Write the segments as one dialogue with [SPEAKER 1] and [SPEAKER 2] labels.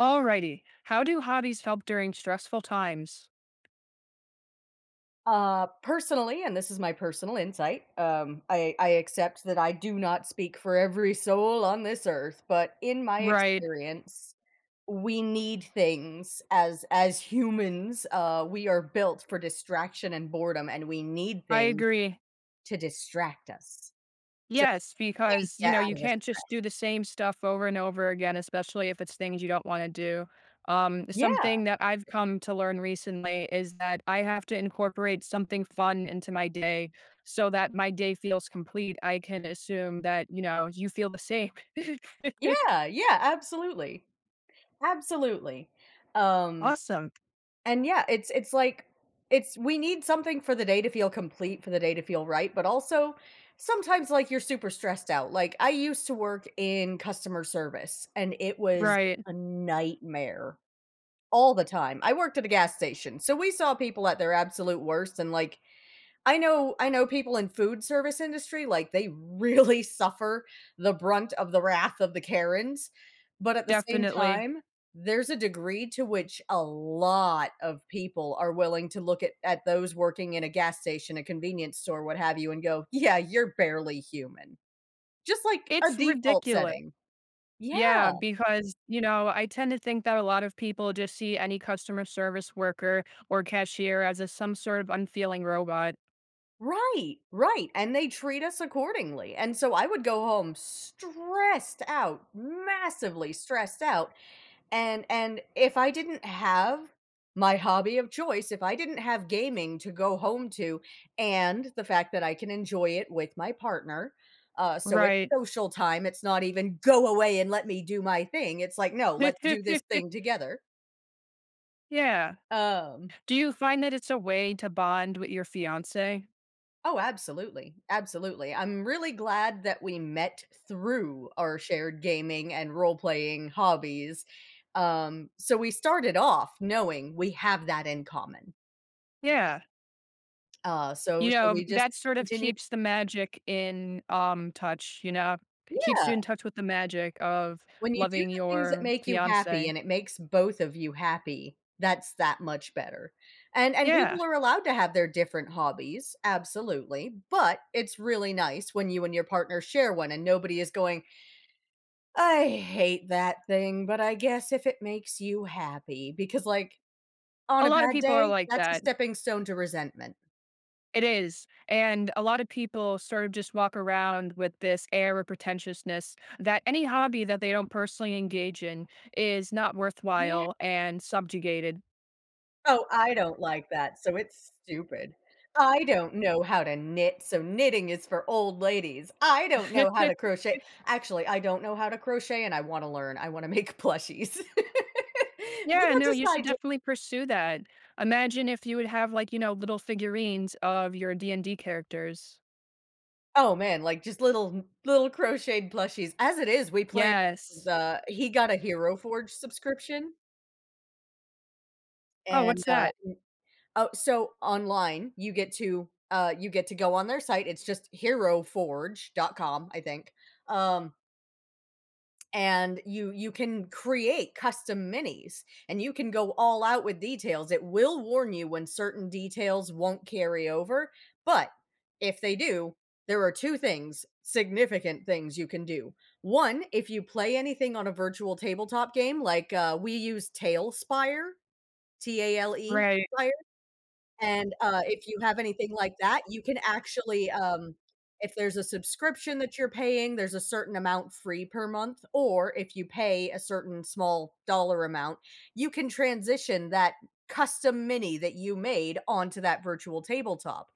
[SPEAKER 1] Alrighty. How do hobbies help during stressful times?
[SPEAKER 2] Personally, and this is my personal insight, I accept that I do not speak for every soul on this earth, but in my
[SPEAKER 1] Right.
[SPEAKER 2] experience, we need things as humans. We are built for distraction and boredom, and we need
[SPEAKER 1] I
[SPEAKER 2] things
[SPEAKER 1] agree.
[SPEAKER 2] to distract us. So
[SPEAKER 1] Yes,
[SPEAKER 2] yank
[SPEAKER 1] because
[SPEAKER 2] you
[SPEAKER 1] you know,
[SPEAKER 2] out
[SPEAKER 1] you
[SPEAKER 2] of the
[SPEAKER 1] can't just do
[SPEAKER 2] stress.
[SPEAKER 1] the same stuff over and over again, especially if it's things you don't want to do.
[SPEAKER 2] Yeah,
[SPEAKER 1] Something that I've come to learn recently is that I have to incorporate something fun into my day so that my day feels complete. I can assume that, you know, you feel the same.
[SPEAKER 2] yeah, yeah, absolutely, absolutely. Um,
[SPEAKER 1] Awesome.
[SPEAKER 2] And yeah, it's like it's we need something for the day to feel complete, for the day to feel right, but also sometimes like you're super stressed out. Like I used to work in customer service and it was
[SPEAKER 1] Right.
[SPEAKER 2] a nightmare all the time. I worked at a gas station. So we saw people at their absolute worst and like I know people in food service industry, like, they really suffer the brunt of the wrath of the Karens, but at the same
[SPEAKER 1] Definitely.
[SPEAKER 2] time, there's a degree to which a lot of people are willing to look at those working in a gas station, a convenience store, what have you, and go, "Yeah, you're barely human." Just like a
[SPEAKER 1] It's
[SPEAKER 2] default
[SPEAKER 1] ridiculous.
[SPEAKER 2] setting. Yeah,
[SPEAKER 1] Yeah, because, you know, I tend to think that a lot of people just see any customer service worker or cashier as a some sort of unfeeling robot.
[SPEAKER 2] right, right, and they treat us accordingly, and so I would go home stressed out, massively stressed out. And if I didn't have my hobby of choice, if I didn't have gaming to go home to and the fact that I can enjoy it with my partner, so it's
[SPEAKER 1] Right.
[SPEAKER 2] social time, it's not even go away and let me do my thing. It's like, no, let's do this thing together.
[SPEAKER 1] Yeah.
[SPEAKER 2] Um,
[SPEAKER 1] Do you find that it's a way to bond with your fiancé?
[SPEAKER 2] oh, absolutely. Absolutely. I'm really glad that we met through our shared gaming and role playing hobbies. So we started off knowing we have that in common.
[SPEAKER 1] Yeah.
[SPEAKER 2] Uh, so
[SPEAKER 1] You
[SPEAKER 2] so
[SPEAKER 1] know,
[SPEAKER 2] we just
[SPEAKER 1] that sort of
[SPEAKER 2] continue.
[SPEAKER 1] keeps the magic in, touch, you know? It keeps
[SPEAKER 2] Yeah,
[SPEAKER 1] you in touch with the magic of
[SPEAKER 2] when you do
[SPEAKER 1] loving
[SPEAKER 2] the things that
[SPEAKER 1] your
[SPEAKER 2] make you happy
[SPEAKER 1] fiancé.
[SPEAKER 2] and it makes both of you happy, that's that much better. And
[SPEAKER 1] Yeah.
[SPEAKER 2] people are allowed to have their different hobbies, absolutely, but it's really nice when you and your partner share one and nobody is going, "I hate that thing, but I guess if it makes you happy," because, like, on
[SPEAKER 1] A
[SPEAKER 2] a
[SPEAKER 1] lot of
[SPEAKER 2] bad
[SPEAKER 1] people are
[SPEAKER 2] day,
[SPEAKER 1] like
[SPEAKER 2] that's a
[SPEAKER 1] that.
[SPEAKER 2] stepping stone to resentment.
[SPEAKER 1] It is, and a lot of people sort of just walk around with this air of pretentiousness that any hobby that they don't personally engage in is not
[SPEAKER 2] Yeah.
[SPEAKER 1] worthwhile and subjugated.
[SPEAKER 2] Oh, I don't like that, so it's stupid. I don't know how to knit, so knitting is for old ladies. I don't know how to crochet. Actually, I don't know how to crochet and I wanna learn. I wanna make plushies. But
[SPEAKER 1] Yeah,
[SPEAKER 2] that's
[SPEAKER 1] no,
[SPEAKER 2] just
[SPEAKER 1] you
[SPEAKER 2] the
[SPEAKER 1] should
[SPEAKER 2] idea.
[SPEAKER 1] definitely pursue that. Imagine if you would have like, you know, little figurines of your D&D characters.
[SPEAKER 2] Oh, man, like, just little crocheted plushies. As it is, we play
[SPEAKER 1] Yes.
[SPEAKER 2] the he got a Hero Forge subscription,
[SPEAKER 1] Oh,
[SPEAKER 2] and,
[SPEAKER 1] what's that?
[SPEAKER 2] oh, so online, you get to go on their site. It's just hero heroforge.com, I think, um and you can create custom minis and you can go all out with details. It will warn you when certain details won't carry over, but if they do, there are two things significant things you can do. One, if you play anything on a virtual tabletop game like we use talespire, TALE,
[SPEAKER 1] Right.
[SPEAKER 2] and, if you have anything like that, you can actually, if there's a subscription that you're paying, there's a certain amount free per month, or if you pay a certain small dollar amount, you can transition that custom mini that you made onto that virtual tabletop.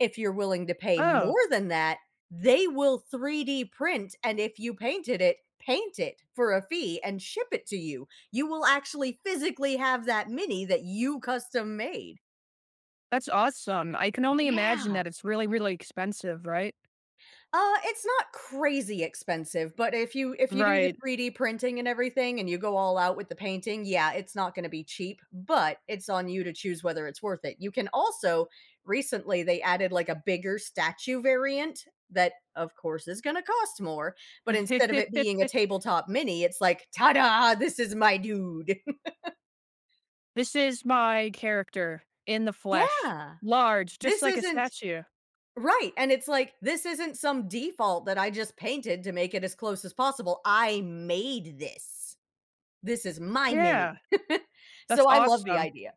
[SPEAKER 2] If you're willing to pay more
[SPEAKER 1] Oh,
[SPEAKER 2] than that, they will 3D print, and if you painted it, paint it for a fee and ship it to you. You will actually physically have that mini that you custom made.
[SPEAKER 1] that's awesome. I can only imagine
[SPEAKER 2] Yeah.
[SPEAKER 1] that it's really, really expensive, right?
[SPEAKER 2] It's not crazy expensive, but if you do the
[SPEAKER 1] Right.
[SPEAKER 2] 3D printing and everything and you go all out with the painting, yeah, it's not gonna be cheap, but it's on you to choose whether it's worth it. You can also recently they added like a bigger statue variant that of course is gonna cost more, but instead of it being a tabletop mini, it's like, "Ta-da, this is my dude."
[SPEAKER 1] This is my character in the flesh,
[SPEAKER 2] Yeah.
[SPEAKER 1] large, just
[SPEAKER 2] This
[SPEAKER 1] like a
[SPEAKER 2] isn't
[SPEAKER 1] statue.
[SPEAKER 2] Right, and it's like, this isn't some default that I just painted to make it as close as possible. I made this. This is my mini.
[SPEAKER 1] Yeah, that's
[SPEAKER 2] So, I love the
[SPEAKER 1] awesome.
[SPEAKER 2] idea.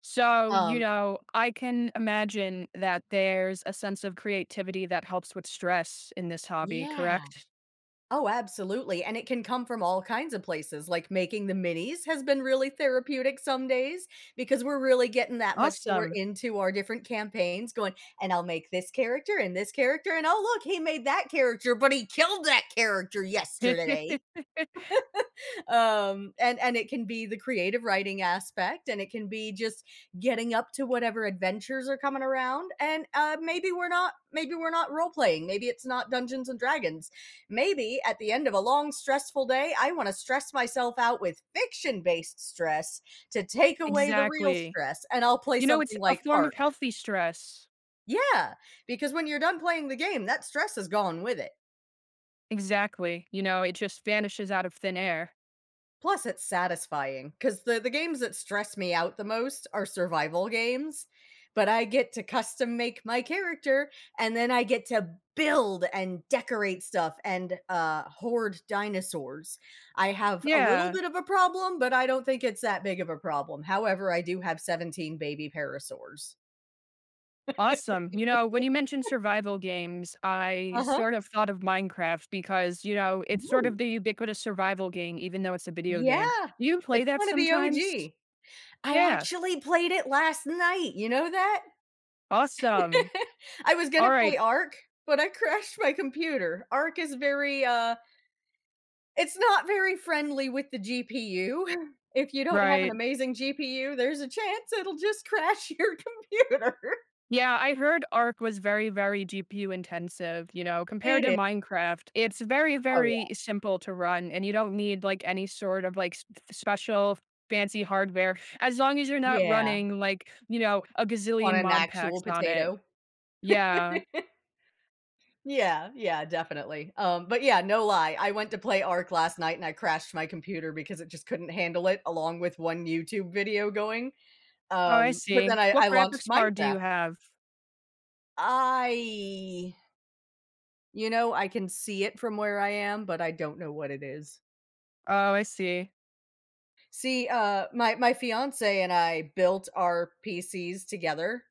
[SPEAKER 1] So, you
[SPEAKER 2] Um
[SPEAKER 1] know, I can imagine that there's a sense of creativity that helps with stress in this hobby,
[SPEAKER 2] Yeah.
[SPEAKER 1] correct?
[SPEAKER 2] Oh, absolutely, and it can come from all kinds of places, like, making the minis has been really therapeutic some days because we're really getting that much more
[SPEAKER 1] Awesome.
[SPEAKER 2] into our different campaigns going, "And I'll make this character, and oh, look, he made that character, but he killed that character yesterday." And it can be the creative writing aspect and it can be just getting up to whatever adventures are coming around, and maybe we're not, maybe we're not role playing, maybe it's not dungeons and dragons. Maybe at the end of a long stressful day I want to stress myself out with fiction based stress to take away the real
[SPEAKER 1] Exactly.
[SPEAKER 2] stress, and I'll play
[SPEAKER 1] You know, it's
[SPEAKER 2] something
[SPEAKER 1] a
[SPEAKER 2] like
[SPEAKER 1] form of
[SPEAKER 2] art.
[SPEAKER 1] healthy stress.
[SPEAKER 2] Yeah, because when you're done playing the game that stress is gone with it.
[SPEAKER 1] Exactly. You know, it just vanishes out of thin air.
[SPEAKER 2] Plus, it's satisfying because the games that stress me out the most are survival games, but I get to custom make my character, and then I get to build and decorate stuff and hoard dinosaurs. I have a little
[SPEAKER 1] Yeah.
[SPEAKER 2] bit of a problem, but I don't think it's that big of a problem. However, I do have 17 baby parasaurs.
[SPEAKER 1] Awesome. You know, when you mentioned survival games, I
[SPEAKER 2] Uh huh.
[SPEAKER 1] sort of thought of Minecraft because, you know, it's sort
[SPEAKER 2] Ooh.
[SPEAKER 1] of the ubiquitous survival game, even though it's a video game.
[SPEAKER 2] Yeah,
[SPEAKER 1] Do you play
[SPEAKER 2] it's
[SPEAKER 1] that
[SPEAKER 2] one of the
[SPEAKER 1] sometimes?
[SPEAKER 2] OG. I
[SPEAKER 1] Yeah.
[SPEAKER 2] actually played it last night. You know that?
[SPEAKER 1] Awesome.
[SPEAKER 2] I was
[SPEAKER 1] All
[SPEAKER 2] gonna play
[SPEAKER 1] right.
[SPEAKER 2] Ark, but I crashed my computer. Ark is very, it's not very friendly with the GPU. If you don't have an
[SPEAKER 1] Right.
[SPEAKER 2] amazing GPU, there's a chance it'll just crash your computer.
[SPEAKER 1] Yeah, I heard Ark was very, very GPU intensive, you know, compared
[SPEAKER 2] It
[SPEAKER 1] to
[SPEAKER 2] is.
[SPEAKER 1] Minecraft. It's very,
[SPEAKER 2] Oh,
[SPEAKER 1] very
[SPEAKER 2] yeah.
[SPEAKER 1] simple to run and you don't need like any sort of like special fancy hardware as long as you're not
[SPEAKER 2] Yeah,
[SPEAKER 1] running like, you know, a
[SPEAKER 2] on
[SPEAKER 1] gazillion
[SPEAKER 2] an
[SPEAKER 1] mod packs
[SPEAKER 2] actual
[SPEAKER 1] on it.
[SPEAKER 2] potato.
[SPEAKER 1] Yeah.
[SPEAKER 2] Yeah, yeah, definitely. But yeah, no lie, I went to play Ark last night and I crashed my computer because it just couldn't handle it along with one YouTube video going.
[SPEAKER 1] Oh, I
[SPEAKER 2] But then
[SPEAKER 1] see.
[SPEAKER 2] I
[SPEAKER 1] What
[SPEAKER 2] I launched
[SPEAKER 1] graphics card do
[SPEAKER 2] Minecraft.
[SPEAKER 1] you have?
[SPEAKER 2] I, you know, I can see it from where I am, but I don't know what it is.
[SPEAKER 1] Oh, I see.
[SPEAKER 2] See, my fiance and I built our PCs together.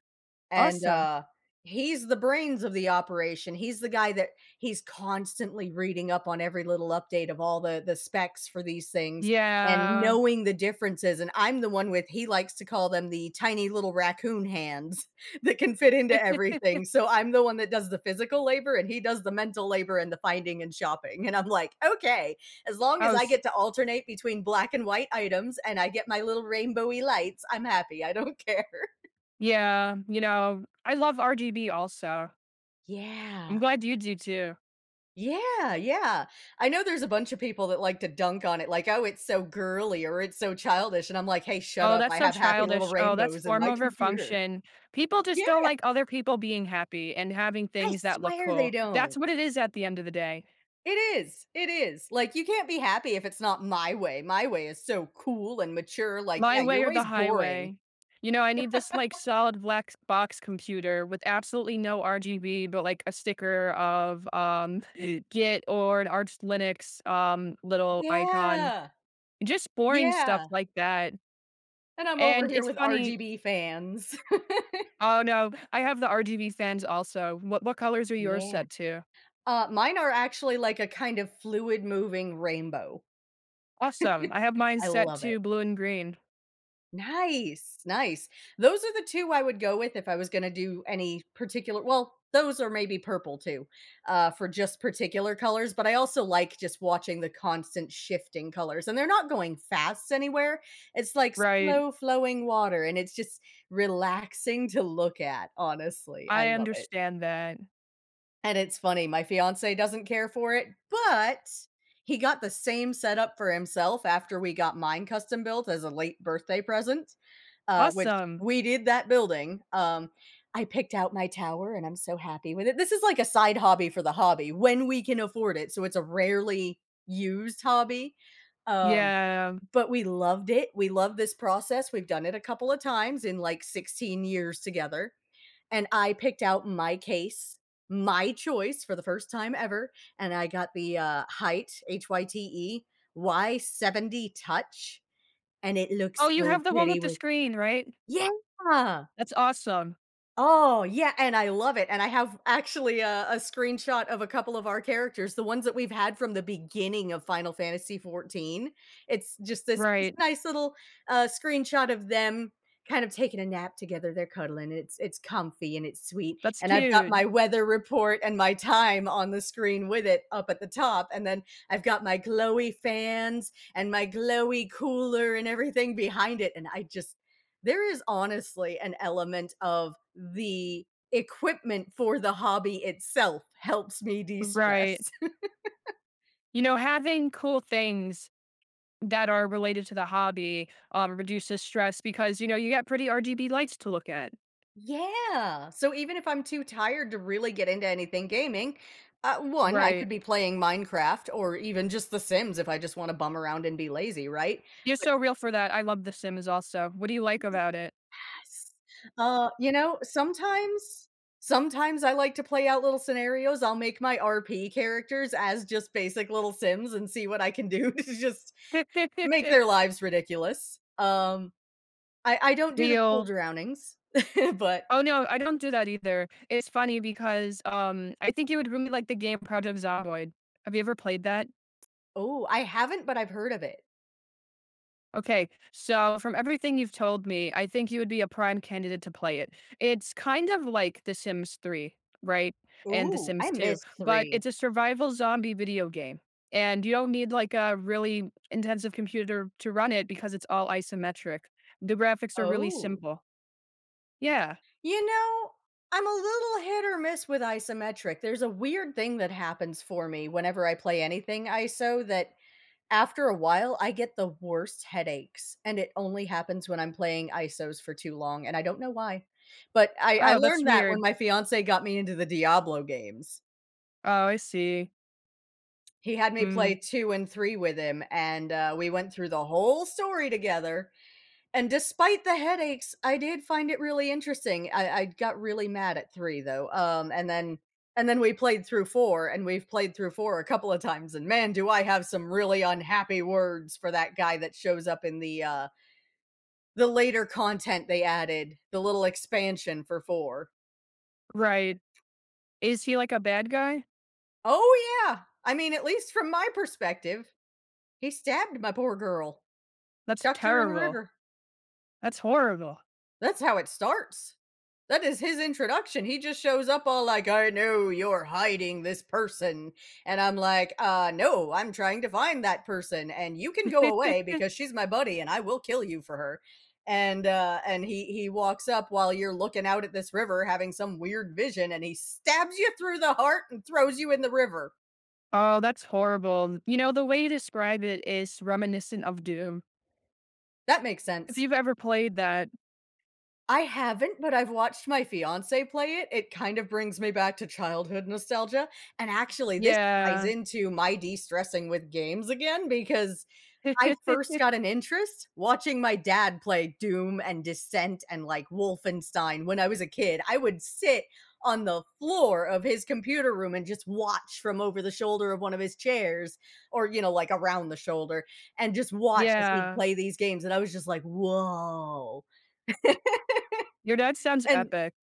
[SPEAKER 2] And,
[SPEAKER 1] Awesome.
[SPEAKER 2] uh, he's the brains of the operation. He's the guy that He's constantly reading up on every little update of all the specs for these things and
[SPEAKER 1] Yeah.
[SPEAKER 2] knowing the differences, and I'm the one with he likes to call them the tiny little raccoon hands that can fit into
[SPEAKER 1] It
[SPEAKER 2] everything, so I'm the one that does the physical labor, and he does the mental labor and the finding and shopping, and I'm like, "Okay, as long as
[SPEAKER 1] oh,
[SPEAKER 2] I
[SPEAKER 1] s
[SPEAKER 2] get to alternate between black and white items and I get my little rainbowy lights, I'm happy, I don't care."
[SPEAKER 1] Yeah, you know, I love RGB also.
[SPEAKER 2] Yeah.
[SPEAKER 1] I'm glad you do too.
[SPEAKER 2] Yeah, yeah. I know there's a bunch of people that like to dunk on it, like, "Oh, it's so girly," or "It's so childish," and I'm like, "Hey, shut
[SPEAKER 1] Oh,
[SPEAKER 2] up,
[SPEAKER 1] that's
[SPEAKER 2] I
[SPEAKER 1] so
[SPEAKER 2] have happy little
[SPEAKER 1] childish. Oh, that's
[SPEAKER 2] rainbows in
[SPEAKER 1] form
[SPEAKER 2] my
[SPEAKER 1] over
[SPEAKER 2] computer."
[SPEAKER 1] function. People just
[SPEAKER 2] Yeah,
[SPEAKER 1] don't like other people being happy and having
[SPEAKER 2] I
[SPEAKER 1] things that look
[SPEAKER 2] swear they
[SPEAKER 1] cool. That's
[SPEAKER 2] don't.
[SPEAKER 1] what it is at the end of the day.
[SPEAKER 2] It is, it is. Like, you can't be happy if it's not my way. My way is so cool and mature, like,
[SPEAKER 1] My
[SPEAKER 2] yeah,
[SPEAKER 1] way
[SPEAKER 2] your
[SPEAKER 1] or the
[SPEAKER 2] way's boring.
[SPEAKER 1] highway. You know, I need this like solid black box computer with absolutely no RGB, but like a sticker of Git or an Arch Linux little icon.
[SPEAKER 2] Yeah,
[SPEAKER 1] Just boring stuff
[SPEAKER 2] yeah,
[SPEAKER 1] like that.
[SPEAKER 2] and I'm over
[SPEAKER 1] And
[SPEAKER 2] here
[SPEAKER 1] it's
[SPEAKER 2] with
[SPEAKER 1] funny.
[SPEAKER 2] RGB fans.
[SPEAKER 1] Oh no, I have the RGB fans also. What colors are yours
[SPEAKER 2] Yeah.
[SPEAKER 1] set to?
[SPEAKER 2] Mine are actually like a kind of fluid moving rainbow.
[SPEAKER 1] Awesome. I have mine
[SPEAKER 2] I
[SPEAKER 1] set
[SPEAKER 2] love it.
[SPEAKER 1] to blue and green.
[SPEAKER 2] Nice, nice. Those are the two I would go with if I was gonna do any particular well, those are maybe purple too, for just particular colors, but I also like just watching the constant shifting colors, and they're not going fast anywhere. It's like
[SPEAKER 1] Right.
[SPEAKER 2] slow flowing water, and it's just relaxing to look at, honestly. I
[SPEAKER 1] I
[SPEAKER 2] love it.
[SPEAKER 1] understand that.
[SPEAKER 2] And it's funny, my fiance doesn't care for it, but he got the same setup for himself after we got mine custom built as a late birthday present, which
[SPEAKER 1] Awesome.
[SPEAKER 2] we did that building. I picked out my tower and I'm so happy with it. This is like a side hobby for the hobby when we can afford it. So it's a rarely used hobby. Um,
[SPEAKER 1] Yeah.
[SPEAKER 2] but we loved it. We love this process. We've done it a couple of times in like 16 years together, and I picked out my case, my choice for the first time ever, and I got the, Hyte, HYTE, Y70 Touch, and it
[SPEAKER 1] Oh,
[SPEAKER 2] looks
[SPEAKER 1] you
[SPEAKER 2] so
[SPEAKER 1] have the one
[SPEAKER 2] pretty
[SPEAKER 1] with the
[SPEAKER 2] with.
[SPEAKER 1] screen, right?
[SPEAKER 2] Yeah!
[SPEAKER 1] That's awesome.
[SPEAKER 2] Oh, yeah, and I love it, and I have actually a screenshot of a couple of our characters, the ones that we've had from the beginning of Final Fantasy XIV. It's just this
[SPEAKER 1] Right.
[SPEAKER 2] nice little, screenshot of them kind of taking a nap together. They're cuddling, it's comfy and it's sweet,
[SPEAKER 1] That's
[SPEAKER 2] and I've got
[SPEAKER 1] cute.
[SPEAKER 2] my weather report and my time on the screen with it up at the top, and then I've got my glowy fans and my glowy cooler and everything behind it, and I just there is honestly an element of the equipment for the hobby itself helps me
[SPEAKER 1] Right.
[SPEAKER 2] de-stress.
[SPEAKER 1] You know, having cool things that are related to the hobby, reduces stress because, you know, you got pretty RGB lights to look at.
[SPEAKER 2] Yeah. So even if I'm too tired to really get into anything gaming, one, I
[SPEAKER 1] Right.
[SPEAKER 2] could be playing Minecraft or even just The Sims if I just want to bum around and be lazy, right?
[SPEAKER 1] You're
[SPEAKER 2] But
[SPEAKER 1] so real for that. I love The Sims also. What do you like about it?
[SPEAKER 2] yes, sometimes, sometimes I like to play out little scenarios. I'll make my RP characters as just basic little Sims and see what I can do to just make their lives ridiculous. I don't do the pool
[SPEAKER 1] Real.
[SPEAKER 2] drownings, but
[SPEAKER 1] Oh, no, I don't do that either. It's funny because, I think you would really like the game Project Zomboid. Have you ever played that?
[SPEAKER 2] oh, I haven't, but I've heard of it.
[SPEAKER 1] Okay, so from everything you've told me, I think you would be a prime candidate to play it. It's kind of like The Sims 3, right? And The
[SPEAKER 2] Ooh, I
[SPEAKER 1] Sims 2,
[SPEAKER 2] missed
[SPEAKER 1] but
[SPEAKER 2] 3.
[SPEAKER 1] it's a survival zombie video game. And you don't need like a really intensive computer to run it because it's all isometric. The graphics are really
[SPEAKER 2] Oh.
[SPEAKER 1] simple. Yeah.
[SPEAKER 2] You know, I'm a little hit or miss with isometric. There's a weird thing that happens for me whenever I play anything ISO that after a while I get the worst headaches, and it only happens when I'm playing ISOs for too long, and I don't know why. But I
[SPEAKER 1] Oh, that's
[SPEAKER 2] learned that when
[SPEAKER 1] weird.
[SPEAKER 2] my fiancé got me into the Diablo games.
[SPEAKER 1] Oh, I see.
[SPEAKER 2] He had me play
[SPEAKER 1] Mm,
[SPEAKER 2] 2 and 3 with him, and, we went through the whole story together, and despite the headaches, I did find it really interesting. I got really mad at 3, though, and then we played through 4, and we've played through 4 a couple of times, and man, do I have some really unhappy words for that guy that shows up in the, uh, later content they added, the little expansion for 4.
[SPEAKER 1] right. Is he like a bad guy?
[SPEAKER 2] Oh, yeah! I mean, at least from my perspective, he stabbed my poor girl,
[SPEAKER 1] That's
[SPEAKER 2] chucked her in a
[SPEAKER 1] terrible.
[SPEAKER 2] river.
[SPEAKER 1] That's horrible.
[SPEAKER 2] That's how it starts. That is his introduction. He just shows up all like, "I know you're hiding this person." And I'm like, no, I'm trying to find that person. And you can go away because she's my buddy and I will kill you for her. And he walks up while you're looking out at this river having some weird vision and he stabs you through the heart and throws you in the river.
[SPEAKER 1] Oh, that's horrible. You know, the way you describe it is reminiscent of Doom.
[SPEAKER 2] That makes
[SPEAKER 1] If
[SPEAKER 2] sense.
[SPEAKER 1] you've ever played that.
[SPEAKER 2] I haven't, but I've watched my fiancé play it. It kind of brings me back to childhood nostalgia, and actually, this ties
[SPEAKER 1] Yeah.
[SPEAKER 2] into my de-stressing with games again because I first got an interest watching my dad play Doom and Descent and, like, Wolfenstein when I was a kid. I would sit on the floor of his computer room and just watch from over the shoulder of one of his chairs or, you know, like, around the shoulder and just watch as he'd
[SPEAKER 1] Yeah.
[SPEAKER 2] play these games, and I was just like, "Whoa,"
[SPEAKER 1] Your dad sounds
[SPEAKER 2] and
[SPEAKER 1] epic.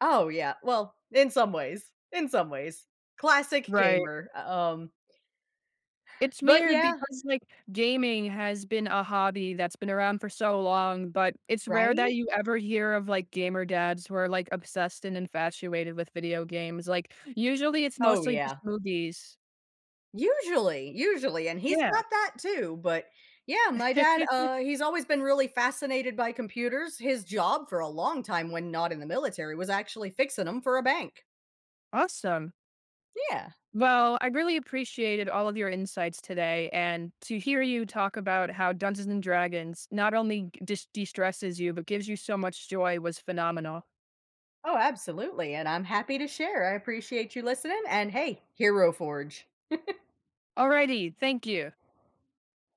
[SPEAKER 2] oh, yeah. Well, in some ways. In some ways. Classic
[SPEAKER 1] Right.
[SPEAKER 2] gamer.
[SPEAKER 1] It's
[SPEAKER 2] But
[SPEAKER 1] weird
[SPEAKER 2] yeah,
[SPEAKER 1] because, like, gaming has been a hobby that's been around for so long, but it's rare that
[SPEAKER 2] right?
[SPEAKER 1] you ever hear of, like, gamer dads who are, like, obsessed and infatuated with video games. Like, usually it's
[SPEAKER 2] Oh,
[SPEAKER 1] mostly just
[SPEAKER 2] yeah.
[SPEAKER 1] movies.
[SPEAKER 2] Usually, usually, and he's
[SPEAKER 1] Yeah.
[SPEAKER 2] got that too, but yeah, my dad, he's always been really fascinated by computers. His job for a long time when not in the military was actually fixing them for a bank.
[SPEAKER 1] Awesome.
[SPEAKER 2] Yeah.
[SPEAKER 1] Well, I really appreciated all of your insights today, and to hear you talk about how Dungeons and Dragons not only de stresses you, but gives you so much joy was phenomenal.
[SPEAKER 2] Oh, absolutely, and I'm happy to share. I appreciate you listening, and hey, Hero Forge.
[SPEAKER 1] Alrighty, thank you.